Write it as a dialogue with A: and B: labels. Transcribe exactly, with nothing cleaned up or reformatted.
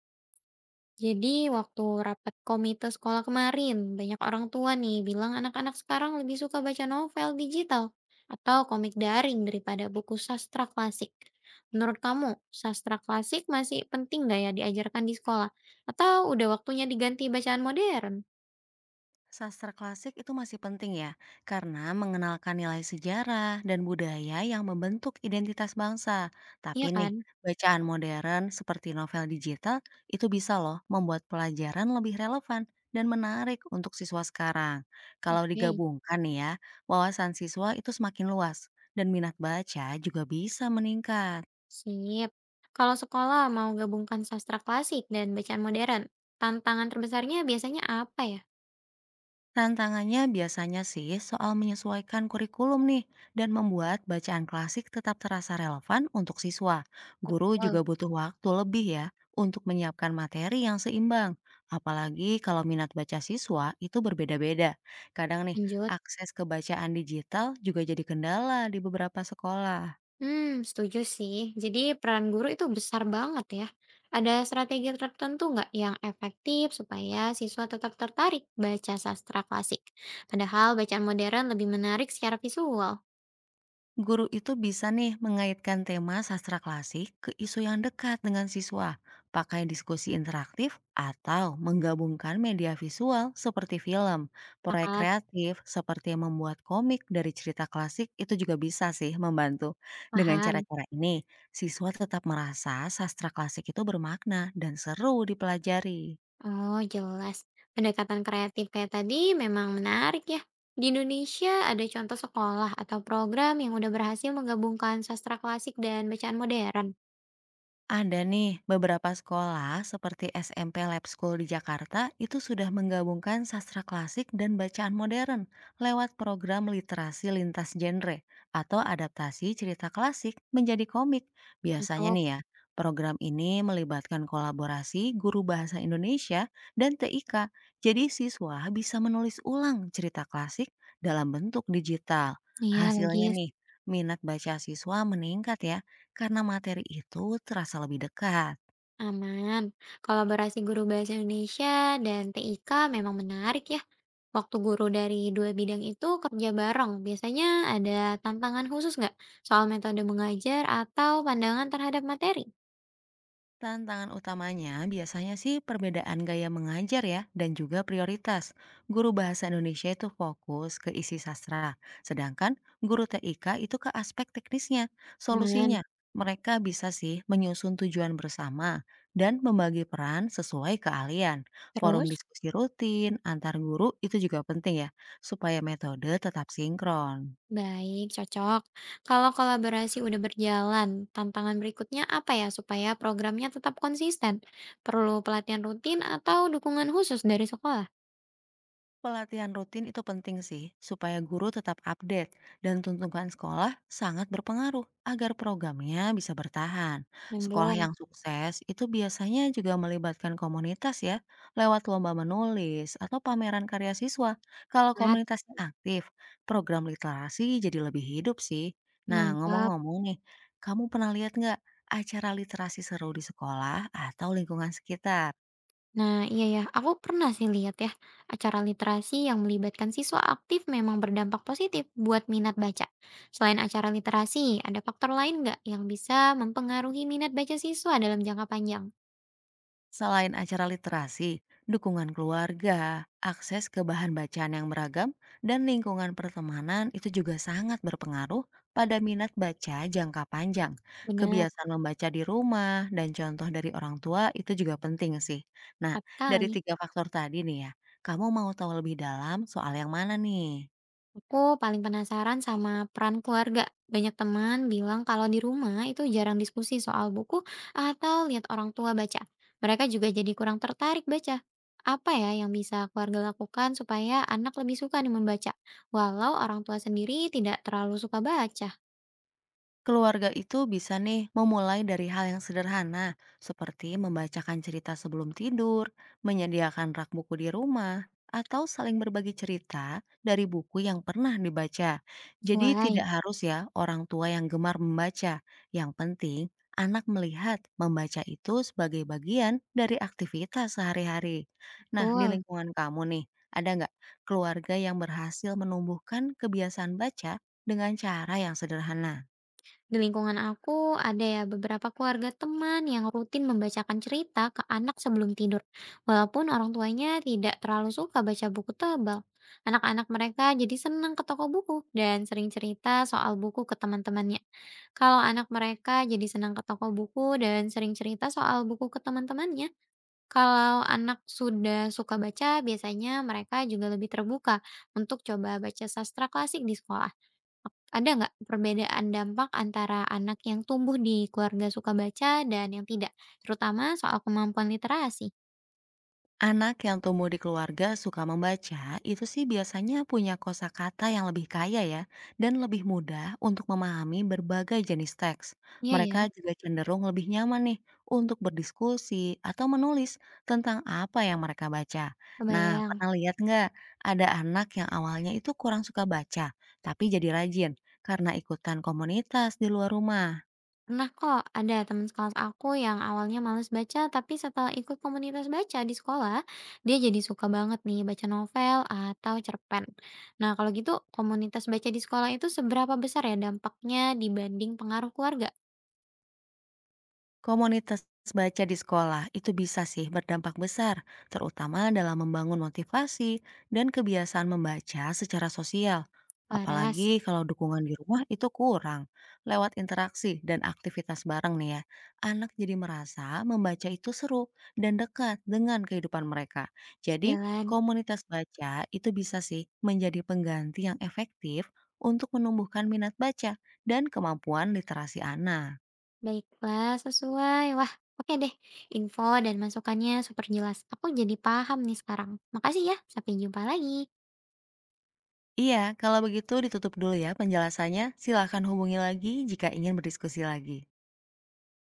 A: Jadi waktu rapat komite sekolah kemarin, banyak orang tua nih bilang anak-anak sekarang lebih suka baca novel digital atau komik daring daripada buku sastra klasik. Menurut kamu, sastra klasik masih penting nggak ya diajarkan di sekolah? Atau udah waktunya diganti bacaan modern?
B: Sastra klasik itu masih penting ya, karena mengenalkan nilai sejarah dan budaya yang membentuk identitas bangsa. Tapi
A: Iya
B: nih,
A: kan?
B: bacaan modern seperti novel digital itu bisa loh membuat pelajaran lebih relevan dan menarik untuk siswa sekarang. Kalau
A: Oke,
B: digabungkan nih ya, wawasan siswa itu semakin luas dan minat baca juga bisa meningkat.
A: sip. Kalau sekolah mau gabungkan sastra klasik dan bacaan modern, tantangan terbesarnya biasanya apa ya?
B: Tantangannya biasanya sih soal menyesuaikan kurikulum nih dan membuat bacaan klasik tetap terasa relevan untuk siswa. Guru juga
A: Betul,
B: butuh waktu lebih ya untuk menyiapkan materi yang seimbang. Apalagi kalau minat baca siswa itu berbeda-beda. Kadang nih,
A: lanjut.
B: akses ke bacaan digital juga jadi kendala di beberapa sekolah.
A: Hmm, setuju sih. Jadi peran guru itu besar banget ya. Ada strategi tertentu nggak yang efektif supaya siswa tetap tertarik baca sastra klasik? Padahal bacaan modern lebih menarik secara visual.
B: Guru itu bisa nih mengaitkan tema sastra klasik ke isu yang dekat dengan siswa, pakai diskusi interaktif, atau menggabungkan media visual seperti film. Proyek
A: Sangat
B: kreatif seperti membuat komik dari cerita klasik itu juga bisa sih membantu. Dengan
A: paham.
B: cara-cara ini, siswa tetap merasa sastra klasik itu bermakna dan seru dipelajari.
A: Oh, jelas. Pendekatan kreatif kayak tadi memang menarik ya. Di Indonesia ada contoh sekolah atau program yang udah berhasil menggabungkan sastra klasik dan bacaan modern?
B: Ada nih, beberapa sekolah seperti S M P Lab School di Jakarta itu sudah menggabungkan sastra klasik dan bacaan modern lewat program literasi lintas genre atau adaptasi cerita klasik menjadi komik. Biasanya
A: Masuk.
B: nih ya, program ini melibatkan kolaborasi guru bahasa Indonesia dan T I K. Jadi siswa bisa menulis ulang cerita klasik dalam bentuk digital.
A: Iya,
B: Hasilnya
A: logis.
B: nih, minat baca siswa meningkat ya karena materi itu terasa lebih dekat.
A: Aman. Kolaborasi guru bahasa Indonesia dan T I K memang menarik ya. Waktu guru dari dua bidang itu kerja bareng, biasanya ada tantangan khusus nggak soal metode mengajar atau pandangan terhadap materi?
B: Tantangan utamanya biasanya sih perbedaan gaya mengajar ya dan juga prioritas. Guru bahasa Indonesia itu fokus ke isi sastra, sedangkan guru T I K itu ke aspek teknisnya.
A: Aman.
B: Solusinya, mereka bisa sih menyusun tujuan bersama dan membagi peran sesuai keahlian. Forum
A: Terus?
B: diskusi rutin antar guru itu juga penting ya, supaya metode tetap sinkron.
A: Baik, cocok. Kalau kolaborasi udah berjalan, tantangan berikutnya apa ya supaya programnya tetap konsisten? Perlu pelatihan rutin atau dukungan khusus dari sekolah?
B: Pelatihan rutin itu penting sih, supaya guru tetap update dan tuntutan sekolah sangat berpengaruh agar programnya bisa bertahan. Sekolah
A: Nyambung.
B: yang sukses itu biasanya juga melibatkan komunitas ya, lewat lomba menulis atau pameran karya siswa. Kalau
A: Pat.
B: komunitasnya aktif, program literasi jadi lebih hidup sih. Nah,
A: Nangkap.
B: ngomong-ngomong nih, kamu pernah lihat nggak acara literasi seru di sekolah atau lingkungan sekitar?
A: Nah, iya ya, aku pernah sih lihat ya, acara literasi yang melibatkan siswa aktif memang berdampak positif buat minat baca. Selain acara literasi, ada faktor lain nggak yang bisa mempengaruhi minat baca siswa dalam jangka panjang?
B: Selain acara literasi, dukungan keluarga, akses ke bahan bacaan yang beragam, dan lingkungan pertemanan itu juga sangat berpengaruh pada minat baca jangka panjang.
A: Benar,
B: Kebiasaan membaca di rumah dan contoh dari orang tua itu juga penting sih. Nah,
A: tepat
B: dari
A: sekali.
B: tiga faktor tadi nih ya, kamu mau tahu lebih dalam soal yang mana nih?
A: Aku paling penasaran sama peran keluarga. Banyak teman bilang kalau di rumah itu jarang diskusi soal buku atau lihat orang tua baca. Mereka juga jadi kurang tertarik baca. Apa ya yang bisa keluarga lakukan supaya anak lebih suka nih membaca, walau orang tua sendiri tidak terlalu suka baca?
B: Keluarga itu bisa nih memulai dari hal yang sederhana, seperti membacakan cerita sebelum tidur, menyediakan rak buku di rumah, atau saling berbagi cerita dari buku yang pernah dibaca. Jadi
A: Sesuai,
B: tidak harus ya orang tua yang gemar membaca. Yang penting anak melihat membaca itu sebagai bagian dari aktivitas sehari-hari. Nah, di
A: betul.
B: lingkungan kamu nih, ada nggak keluarga yang berhasil menumbuhkan kebiasaan baca dengan cara yang sederhana?
A: Di lingkungan aku ada ya beberapa keluarga teman yang rutin membacakan cerita ke anak sebelum tidur, walaupun orang tuanya tidak terlalu suka baca buku tebal. Anak-anak mereka jadi senang ke toko buku dan sering cerita soal buku ke teman-temannya. Kalau anak mereka jadi senang ke toko buku dan sering cerita soal buku ke teman-temannya, kalau anak sudah suka baca, biasanya mereka juga lebih terbuka untuk coba baca sastra klasik di sekolah. Ada nggak perbedaan dampak antara anak yang tumbuh di keluarga suka baca dan yang tidak, terutama soal kemampuan literasi?
B: Anak yang tumbuh di keluarga suka membaca, itu sih biasanya punya kosakata yang lebih kaya ya, dan lebih mudah untuk memahami berbagai jenis teks.
A: Iya ya,
B: Mereka juga cenderung lebih nyaman nih untuk berdiskusi atau menulis tentang apa yang mereka baca. Nah,
A: kebayang.
B: pernah lihat nggak ada anak yang awalnya itu kurang suka baca, tapi jadi rajin karena ikutan komunitas di luar rumah?
A: Pernah kok ada teman sekelas aku yang awalnya males baca, tapi setelah ikut komunitas baca di sekolah, dia jadi suka banget nih baca novel atau cerpen. Nah, kalau gitu komunitas baca di sekolah itu seberapa besar ya dampaknya dibanding pengaruh keluarga?
B: Komunitas baca di sekolah itu bisa sih berdampak besar, terutama dalam membangun motivasi dan kebiasaan membaca secara sosial.
A: Waras,
B: Apalagi kalau dukungan di rumah itu kurang. Lewat interaksi dan aktivitas bareng nih ya, anak jadi merasa membaca itu seru dan dekat dengan kehidupan mereka. Jadi,
A: sejalan.
B: komunitas baca itu bisa sih menjadi pengganti yang efektif untuk menumbuhkan minat baca dan kemampuan literasi anak.
A: Baiklah, sesuai. Wah, oke deh. Info dan masukannya super jelas. Aku jadi paham nih sekarang. Makasih ya, sampai jumpa lagi.
B: Iya, kalau begitu ditutup dulu ya penjelasannya. Silakan hubungi lagi jika ingin berdiskusi lagi.